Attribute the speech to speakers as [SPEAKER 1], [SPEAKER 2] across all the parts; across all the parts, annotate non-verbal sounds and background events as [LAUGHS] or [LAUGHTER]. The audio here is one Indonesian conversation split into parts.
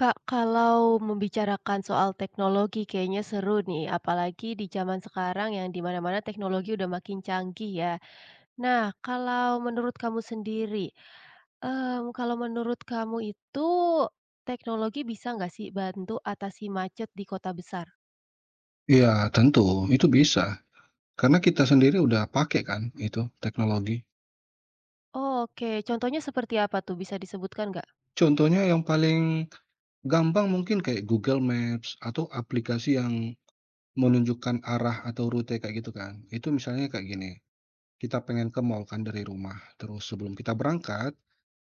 [SPEAKER 1] Kak, kalau membicarakan soal teknologi kayaknya seru nih, apalagi di zaman sekarang yang di mana-mana teknologi udah makin canggih ya. Nah, kalau menurut kamu sendiri, kalau menurut kamu itu teknologi bisa nggak sih bantu atasi macet di kota besar?
[SPEAKER 2] Iya tentu, itu bisa. Karena kita sendiri udah pakai kan itu teknologi.
[SPEAKER 1] Oke, contohnya seperti apa tuh, bisa disebutkan nggak?
[SPEAKER 2] Contohnya yang paling gampang mungkin kayak Google Maps atau aplikasi yang menunjukkan arah atau rute kayak gitu kan. Itu misalnya kayak gini, kita pengen ke mall kan dari rumah. Terus sebelum kita berangkat,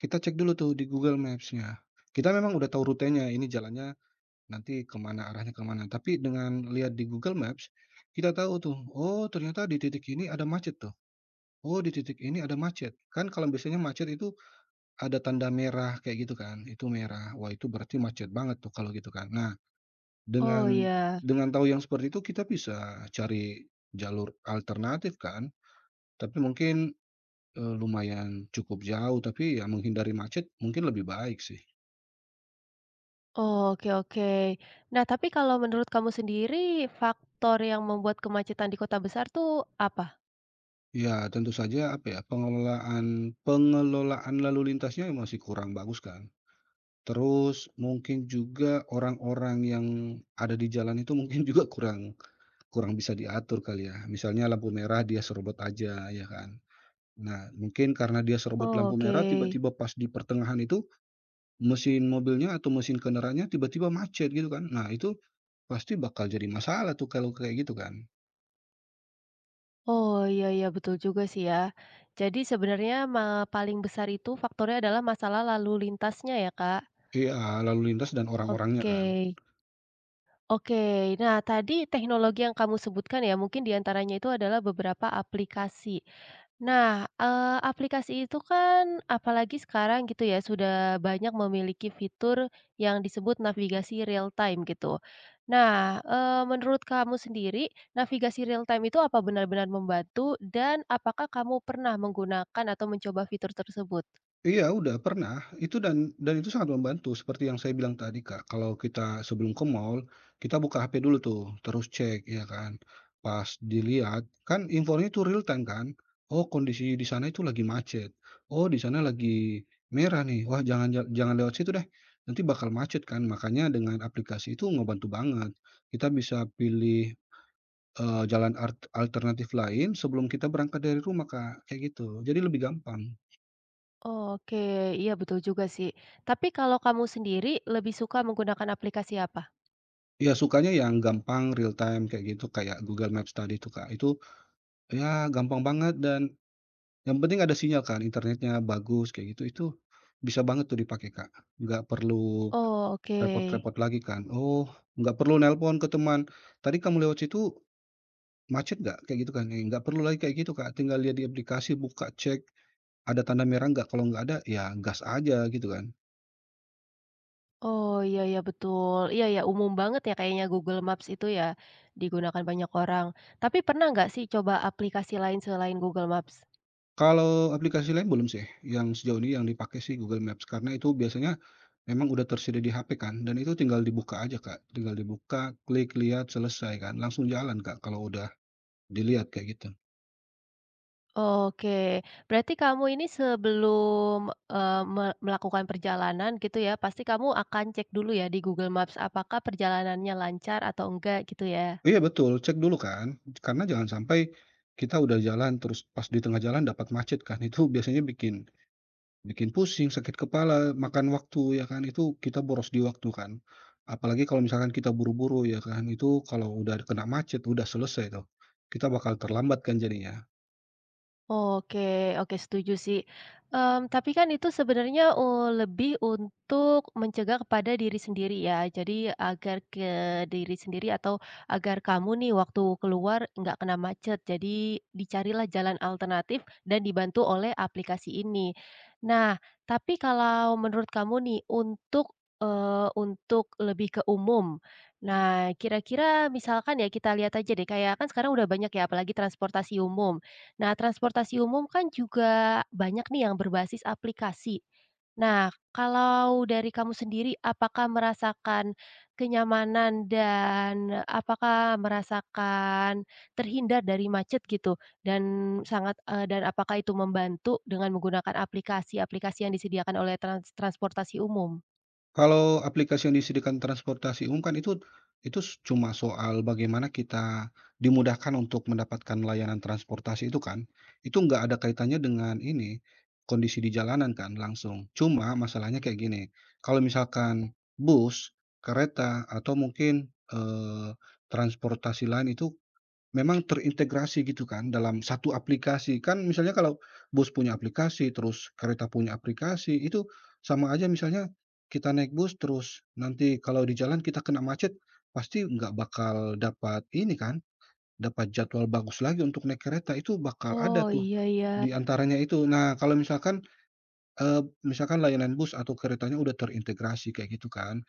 [SPEAKER 2] kita cek dulu tuh di Google Maps-nya. Kita memang udah tahu rutenya, ini jalannya nanti kemana, arahnya kemana. Tapi dengan lihat di Google Maps, kita tahu tuh, oh ternyata di titik ini ada macet tuh. Oh, di titik ini ada macet. Kan kalau biasanya macet itu ada tanda merah kayak gitu kan, itu merah. Wah, itu berarti macet banget tuh kalau gitu kan. Nah,
[SPEAKER 1] Oh
[SPEAKER 2] dengan
[SPEAKER 1] ya,
[SPEAKER 2] dengan tahu yang seperti itu kita bisa cari jalur alternatif kan, tapi mungkin, lumayan cukup jauh, tapi ya menghindari macet mungkin lebih baik sih.
[SPEAKER 1] oke oke. Nah, tapi kalau menurut kamu sendiri faktor yang membuat kemacetan di kota besar tuh apa?
[SPEAKER 2] Ya, tentu saja apa ya, pengelolaan pengelolaan lalu lintasnya masih kurang bagus kan. Terus mungkin juga orang-orang yang ada di jalan itu mungkin [LAUGHS] juga kurang Kurang bisa diatur kali ya, misalnya lampu merah dia serobot aja ya kan. Nah, mungkin karena dia serobot lampu merah
[SPEAKER 1] Oke.
[SPEAKER 2] tiba-tiba pas di pertengahan itu mesin mobilnya atau mesin kendaraannya tiba-tiba macet gitu kan. Nah, itu pasti bakal jadi masalah tuh kalau kayak gitu kan.
[SPEAKER 1] Oh, iya iya, betul juga sih ya. Jadi sebenarnya paling besar itu faktornya adalah masalah lalu lintasnya ya, Kak?
[SPEAKER 2] Iya, lalu lintas dan orang-orangnya
[SPEAKER 1] Oke.
[SPEAKER 2] kan.
[SPEAKER 1] Oke, nah tadi teknologi yang kamu sebutkan ya, mungkin diantaranya itu adalah beberapa aplikasi. Nah, aplikasi itu kan apalagi sekarang gitu ya, sudah banyak memiliki fitur yang disebut navigasi real time gitu. Nah, menurut kamu sendiri, navigasi real time itu apa benar-benar membantu dan apakah kamu pernah menggunakan atau mencoba fitur tersebut?
[SPEAKER 2] Iya, udah pernah. Itu dan itu sangat membantu seperti yang saya bilang tadi, Kak. Kalau kita sebelum ke mall, kita buka HP dulu tuh, terus cek, ya kan. Pas dilihat, kan infonya itu real time kan. Oh, kondisi di sana itu lagi macet. Oh, di sana lagi merah nih. Wah, jangan lewat situ deh. Nanti bakal macet kan. Makanya dengan aplikasi itu ngebantu banget. Kita bisa pilih alternatif lain sebelum kita berangkat dari rumah, Kak. Kayak gitu. Jadi lebih gampang.
[SPEAKER 1] Oke, iya betul juga sih. Tapi kalau kamu sendiri lebih suka menggunakan aplikasi apa?
[SPEAKER 2] Iya, sukanya yang gampang, real time kayak gitu, kayak Google Maps tadi tuh, Kak. Itu, ya gampang banget dan yang penting ada sinyal kan, internetnya bagus kayak gitu, itu bisa banget tuh dipakai, Kak. Nggak perlu
[SPEAKER 1] Oh, oke.
[SPEAKER 2] repot-repot lagi kan, oh nggak perlu nelpon ke teman, "Tadi kamu lewat situ macet nggak?" Kayak gitu kan, nggak perlu lagi kayak gitu, Kak. Tinggal lihat di aplikasi, buka, cek ada tanda merah nggak, kalau nggak ada, ya gas aja gitu kan.
[SPEAKER 1] Oh, iya iya betul. Iya ya, umum banget ya kayaknya Google Maps itu ya, digunakan banyak orang. Tapi pernah nggak sih coba aplikasi lain selain Google Maps?
[SPEAKER 2] Kalau aplikasi lain belum sih, yang sejauh ini yang dipakai sih Google Maps, karena itu biasanya memang udah tersedia di HP kan, dan itu tinggal dibuka aja, Kak. Tinggal dibuka, klik, lihat, selesai kan, langsung jalan, Kak, kalau udah dilihat kayak gitu.
[SPEAKER 1] Oke, berarti kamu ini sebelum, eee, me melakukan perjalanan gitu ya, pasti kamu akan cek dulu ya di Google Maps apakah perjalanannya lancar atau enggak gitu ya?
[SPEAKER 2] Iya betul, cek dulu kan, karena jangan sampai kita udah jalan terus pas di tengah jalan dapat macet kan, itu [LAUGHS] biasanya bikin bikin pusing, sakit kepala, makan waktu ya kan, itu kita boros di waktu kan. Apalagi kalau misalkan kita buru-buru ya kan, itu kalau udah kena macet udah selesai tuh. Kita bakal terlambat kan jadinya.
[SPEAKER 1] Oke oke setuju sih, tapi kan itu sebenarnya, lebih untuk mencegah kepada diri sendiri ya, jadi agar diri sendiri atau agar kamu nih waktu keluar nggak kena macet, jadi dicarilah jalan alternatif dan dibantu oleh aplikasi ini. Nah, tapi kalau menurut kamu nih untuk, untuk lebih ke umum, nah kira-kira misalkan ya kita lihat aja deh kayak kan sekarang udah banyak ya apalagi transportasi umum. Nah, transportasi umum kan juga banyak nih yang berbasis aplikasi. Nah, kalau dari kamu sendiri, apakah merasakan kenyamanan dan apakah merasakan terhindar dari macet gitu? Dan dan apakah itu membantu dengan menggunakan aplikasi-aplikasi yang disediakan oleh transportasi umum?
[SPEAKER 2] Kalau aplikasi yang disediakan transportasi umum kan itu s cuma soal bagaimana kita dimudahkan untuk mendapatkan layanan transportasi itu kan. Itu nggak ada kaitannya dengan ini, kondisi di jalanan kan langsung. Cuma masalahnya kayak gini, kalau misalkan bus, kereta, atau mungkin, transportasi lain itu memang terintegrasi gitu kan dalam satu aplikasi. Kan misalnya kalau bus punya aplikasi, terus kereta punya aplikasi, itu sama aja misalnya kita naik bus terus nanti kalau di jalan kita kena macet, pasti nggak bakal dapat ini kan, dapat jadwal bagus lagi untuk naik kereta, itu bakal ada
[SPEAKER 1] Oh,
[SPEAKER 2] tuh
[SPEAKER 1] iya iya.
[SPEAKER 2] di antaranya itu. Nah, kalau misalkan, eee, misalkan layanan bus atau keretanya udah terintegrasi kayak gitu kan,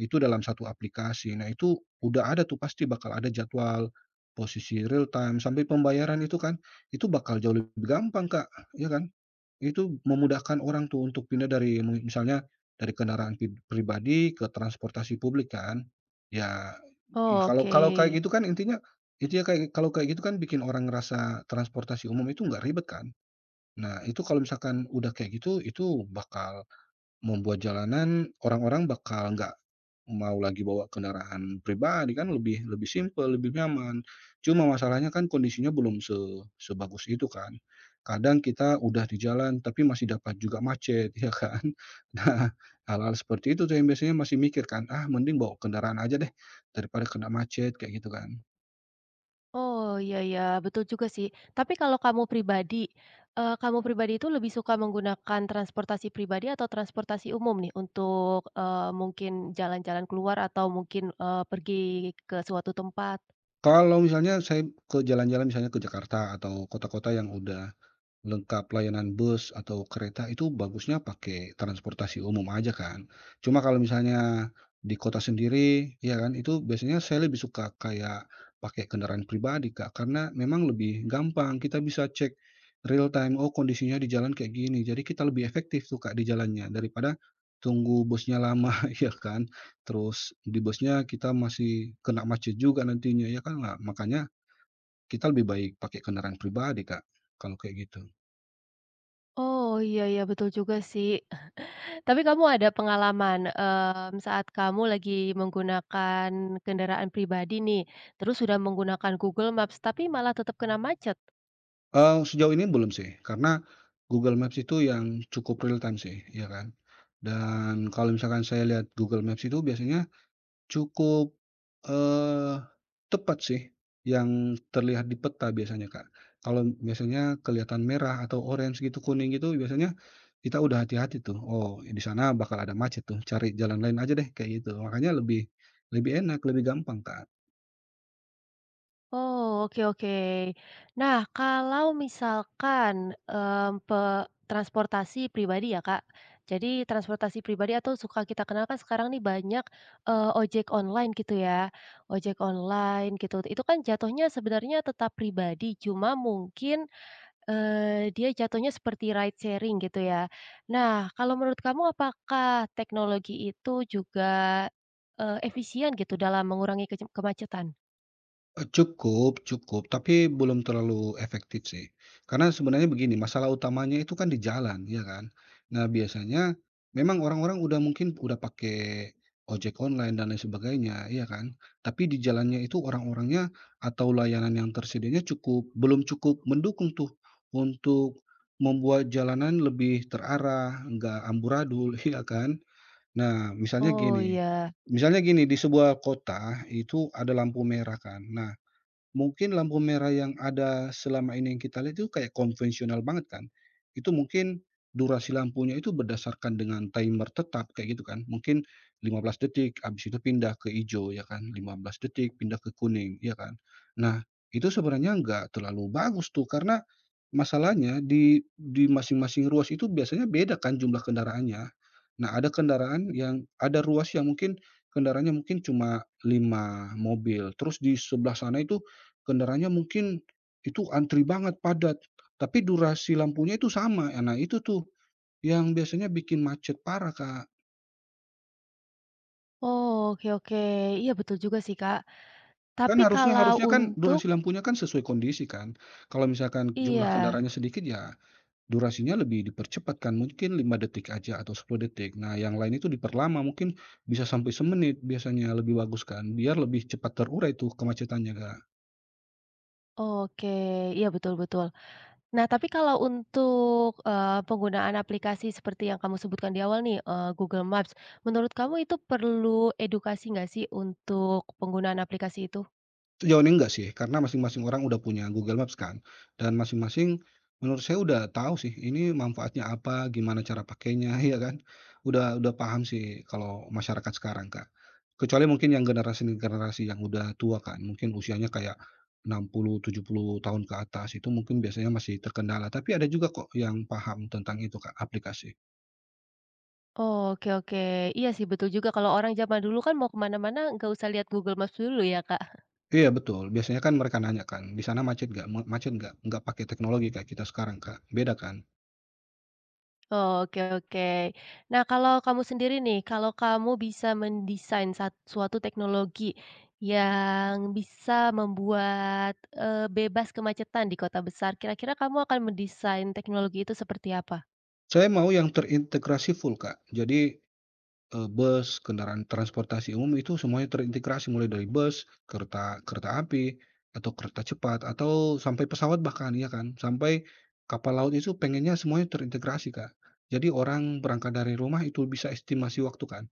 [SPEAKER 2] itu dalam satu aplikasi. Nah, itu udah ada tuh pasti bakal ada jadwal, posisi real time, sampai pembayaran itu kan, itu bakal jauh lebih gampang, Kak, ya kan? Itu memudahkan orang tuh untuk pindah dari misalnya dari kendaraan pribadi ke transportasi publik kan. Ya, i
[SPEAKER 1] Oh,
[SPEAKER 2] kalau kalau kayak
[SPEAKER 1] oke.
[SPEAKER 2] gitu kan intinya itu ya kayak kalau kayak gitu kan bikin orang ngerasa transportasi umum itu nggak ribet kan. Nah, itu kalau misalkan udah kayak gitu, itu bakal membuat jalanan orang-orang bakal nggak mau lagi bawa kendaraan pribadi kan lebih lebih simpel, lebih nyaman. Cuma masalahnya kan kondisinya belum sebagus itu kan. Kadang kita udah di jalan tapi masih dapat juga macet, ya kan? [LAUGHS] Nah, hal-hal seperti itu tuh yang biasanya masih mikir kan, "Ah, mending bawa kendaraan aja deh, daripada kena macet," kayak gitu kan.
[SPEAKER 1] Oh, iya iya, betul juga sih. Tapi kalau kamu pribadi, kamu pribadi itu lebih suka menggunakan transportasi pribadi atau transportasi umum nih untuk, mungkin jalan-jalan keluar atau mungkin, pergi ke suatu tempat?
[SPEAKER 2] Kalau misalnya saya ke jalan-jalan misalnya ke Jakarta atau kota-kota yang udah lengkap layanan bus atau kereta itu bagusnya pakai transportasi umum aja kan. Cuma kalau misalnya di kota sendiri, ya kan, itu biasanya saya lebih suka kayak pakai kendaraan pribadi, Kak, karena memang lebih gampang. Kita bisa cek real time, oh kondisinya di jalan kayak gini. Jadi kita lebih efektif tuh, Kak, di jalannya daripada tunggu busnya lama, [LAUGHS] ya kan. Terus di busnya kita masih kena macet juga nantinya, ya kan. Nah, makanya kita lebih baik pakai kendaraan pribadi, Kak, kalau kayak gitu.
[SPEAKER 1] Oh, iya iya, betul juga sih. [LAUGHS] Tapi kamu ada pengalaman, saat kamu lagi menggunakan kendaraan pribadi nih, terus sudah menggunakan Google Maps tapi malah tetap kena macet?
[SPEAKER 2] Sejauh ini belum sih, karena Google Maps itu yang cukup real time sih, ya kan. Dan kalau misalkan saya lihat Google Maps itu biasanya cukup, eee, tepat sih yang terlihat di peta biasanya, Kak. Kalau biasanya kelihatan merah atau orange gitu, kuning gitu, biasanya kita udah hati-hati tuh, "Oh, di sana bakal ada macet tuh, cari jalan lain aja deh," kayak gitu. Makanya lebih lebih enak, lebih gampang, Kak.
[SPEAKER 1] Oh, oke oke. Nah, kalau misalkan, mmm, pe transportasi pribadi ya, Kak. Jadi transportasi pribadi atau suka kita kenal kan sekarang nih banyak, ojek online gitu ya, ojek online gitu. Itu kan jatuhnya sebenarnya tetap pribadi, cuma mungkin, dia jatuhnya seperti ride sharing gitu ya. Nah, kalau menurut kamu apakah teknologi itu juga, efisien gitu dalam mengurangi kemacetan?
[SPEAKER 2] Cukup cukup, tapi belum terlalu efektif sih. Karena sebenarnya begini, masalah utamanya itu kan di jalan, ya kan? Nah, biasanya memang orang-orang udah mungkin udah pakai ojek online dan lain sebagainya, ya kan? Tapi di jalannya itu orang-orangnya atau layanan yang tersedianya belum cukup mendukung tuh untuk membuat jalanan lebih terarah, nggak amburadul, [LAUGHS] ya kan? Nah, misalnya
[SPEAKER 1] Oh,
[SPEAKER 2] gini
[SPEAKER 1] iya.
[SPEAKER 2] misalnya gini, di sebuah kota itu ada lampu merah kan. Nah, mungkin lampu merah yang ada selama ini yang kita lihat itu kayak konvensional banget kan. Itu mungkin durasi lampunya itu berdasarkan dengan timer tetap kayak gitu kan. Mungkin 15 detik, habis itu pindah ke hijau ya kan, 15 detik pindah ke kuning ya kan. Nah, itu sebenarnya nggak terlalu bagus tuh karena masalahnya di masing-masing ruas itu biasanya beda kan jumlah kendaraannya. Nah, ada kendaraan yang ada ruas yang mungkin kendaraannya mungkin cuma 5 mobil, terus di sebelah sana itu kendaraannya mungkin itu antri banget, padat, tapi durasi lampunya itu sama. Nah, itu tuh yang biasanya bikin macet parah, Kak.
[SPEAKER 1] Oh, oke oke. Iya betul juga sih, Kak.
[SPEAKER 2] Kan
[SPEAKER 1] Tapi
[SPEAKER 2] harusnya
[SPEAKER 1] kalau
[SPEAKER 2] harusnya kan
[SPEAKER 1] untuk
[SPEAKER 2] durasi lampunya kan sesuai kondisi kan. Kalau misalkan jumlah
[SPEAKER 1] iya,
[SPEAKER 2] kendaraannya sedikit, ya durasinya lebih dipercepat kan, mungkin 5 detik aja atau 10 detik. Nah, yang lain itu diperlama, mungkin bisa sampai semenit biasanya lebih bagus kan, biar lebih cepat terurai tuh kemacetannya, Kak.
[SPEAKER 1] oke. Iya betul betul. Nah, tapi kalau untuk, penggunaan aplikasi seperti yang kamu sebutkan di awal nih, Google Maps, menurut kamu itu perlu edukasi nggak sih untuk penggunaan aplikasi itu?
[SPEAKER 2] Sejauh ini enggak sih, karena masing-masing orang udah punya Google Maps kan, dan masing-masing menurut saya udah tahu sih ini manfaatnya apa, gimana cara pakainya, [LAUGHS] ya kan? Udah paham sih kalau masyarakat sekarang, Kak. Kecuali mungkin yang generasi-generasi yang udah tua kan, mungkin usianya kayak 60 70 tahun ke atas, itu mungkin biasanya masih terkendala, tapi ada juga kok yang paham tentang itu, Kak, aplikasi.
[SPEAKER 1] Oke oke. Iya sih betul juga kalau orang zaman dulu kan mau kemana mana nggak usah lihat Google Maps dulu ya, Kak.
[SPEAKER 2] Iya betul, biasanya kan mereka nanya kan, "Di sana macet nggak? Macet nggak?" Nggak pakai teknologi kayak kita sekarang, Kak, beda kan?
[SPEAKER 1] Oke oke. Nah, kalau kamu sendiri nih, kalau kamu bisa mendesain suatu teknologi yang bisa membuat, bebas kemacetan di kota besar, kira-kira kamu akan mendesain teknologi itu seperti apa?
[SPEAKER 2] Saya mau yang terintegrasi full, Kak. Jadi, bus, kendaraan transportasi umum itu semuanya terintegrasi mulai dari bus, kereta kereta api, atau kereta cepat, atau sampai pesawat bahkan, ya kan. Sampai kapal laut itu pengennya semuanya terintegrasi, Kak. Jadi orang berangkat dari rumah itu bisa estimasi waktu kan.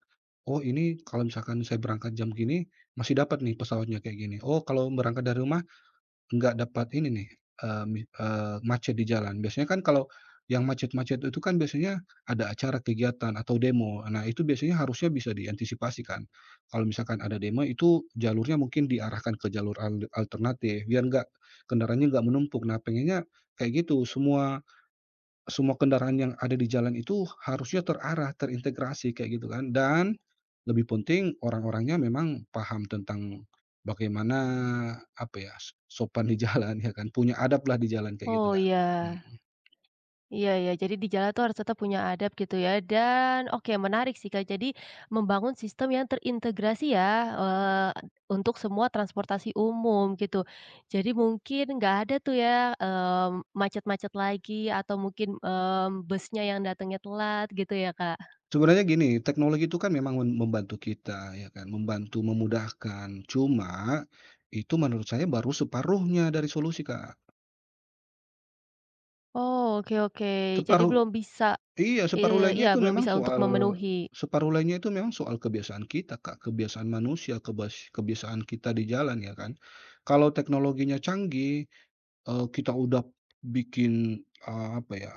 [SPEAKER 2] Oh, ini kalau misalkan saya berangkat jam gini, masih dapat nih pesawatnya kayak gini. Oh, kalau berangkat dari rumah nggak dapat ini nih, macet di jalan. Biasanya kan kalau yang macet-macet itu kan biasanya ada acara kegiatan atau demo. Nah, itu biasanya harusnya bisa diantisipasi kan. Kalau misalkan ada demo itu jalurnya mungkin diarahkan ke jalur alternatif biar nggak kendaraannya nggak menumpuk. Nah, pengennya kayak gitu, semua semua kendaraan yang ada di jalan itu harusnya terarah, terintegrasi kayak gitu kan, dan lebih penting orang-orangnya memang paham tentang bagaimana, apa ya, sopan di [LAUGHS] jalan ya kan, punya adab lah di jalan kayak gitu
[SPEAKER 1] Oh,
[SPEAKER 2] kan,
[SPEAKER 1] iya.
[SPEAKER 2] mhm.
[SPEAKER 1] Iya ya, jadi di jalan tuh harus tetap punya adab gitu ya dan oke menarik sih Kak, jadi membangun sistem yang terintegrasi ya, eee, untuk semua transportasi umum gitu. Jadi mungkin nggak ada tuh ya, macet-macet lagi atau mungkin, busnya yang datangnya telat gitu ya Kak?
[SPEAKER 2] Sebenarnya gini, teknologi itu kan memang membantu kita ya kan, membantu memudahkan, cuma itu menurut saya baru separuhnya dari solusi, Kak.
[SPEAKER 1] Oh, oke oke, jadi
[SPEAKER 2] Separuh
[SPEAKER 1] belum bisa
[SPEAKER 2] Iya,
[SPEAKER 1] iya belum bisa untuk memenuhi.
[SPEAKER 2] separuh lainnya itu memang soal kebiasaan kita, Kak, kebiasaan manusia, kebiasaan kita di jalan ya kan. Kalau teknologinya canggih, kita udah bikin, apa ya,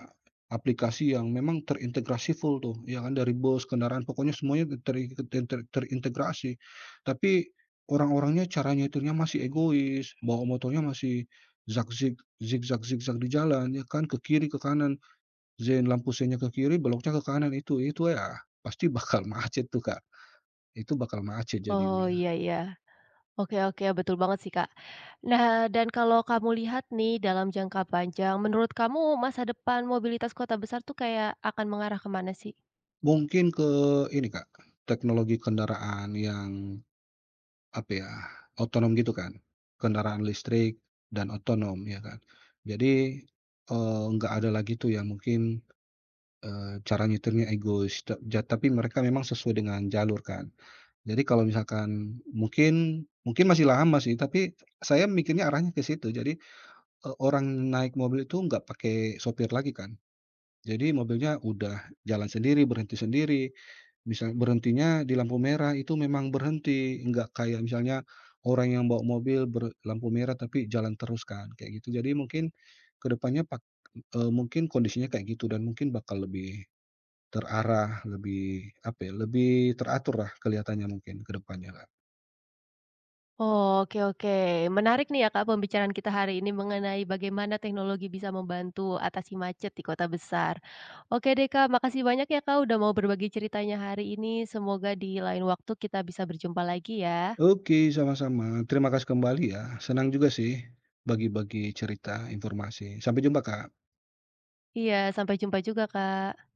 [SPEAKER 2] aplikasi yang memang terintegrasi full tuh, ya kan, dari bus, kendaraan, pokoknya semuanya teri ter ter terintegrasi. Tapi orang-orangnya cara nyetirnya masih egois, bawa motornya masih zag zig zigzag zigzag di jalan, ya kan, ke kiri, ke kanan. Zen lampu seinnya ke kiri, beloknya ke kanan itu ya pasti bakal [LAUGHS] macet tuh, Kak. Itu bakal macet
[SPEAKER 1] Oh,
[SPEAKER 2] jadinya.
[SPEAKER 1] iya iya. Oke oke, ya betul banget sih, Kak. Nah, dan kalau kamu lihat nih dalam jangka panjang, menurut kamu masa depan mobilitas kota besar tuh kayak akan mengarah kemana sih?
[SPEAKER 2] Mungkin ke ini, Kak, teknologi kendaraan yang apa ya, otonom gitu kan. Kendaraan listrik dan otonom ya kan. Jadi, nggak ada lagi tuh yang mungkin, cara nyetirnya egois ta ja tapi mereka memang sesuai dengan jalur kan. Jadi kalau misalkan mungkin mungkin masih lama sih, tapi saya mikirnya arahnya ke situ. Jadi, orang naik mobil itu nggak pakai sopir lagi kan. Jadi mobilnya udah jalan sendiri, berhenti sendiri, misal berhentinya di lampu merah itu memang berhenti, nggak kayak misalnya orang yang bawa mobil lampu merah tapi jalan terus kan, kayak gitu. Jadi mungkin ke depannya mungkin kondisinya kayak gitu dan mungkin bakal lebih terarah, lebih apa ya, lebih teratur lah kelihatannya mungkin ke depannya, Kak.
[SPEAKER 1] Oke oke, menarik nih ya, Kak, pembicaraan kita hari ini mengenai bagaimana teknologi bisa membantu atasi macet di kota besar. Oke deh, Kak, makasih banyak ya, Kak, udah mau berbagi ceritanya hari ini. Semoga di lain waktu kita bisa berjumpa lagi ya.
[SPEAKER 2] Oke, sama-sama. Terima kasih kembali ya. Senang juga sih bagi-bagi cerita, informasi. Sampai jumpa, Kak.
[SPEAKER 1] Iya, sampai jumpa juga, Kak.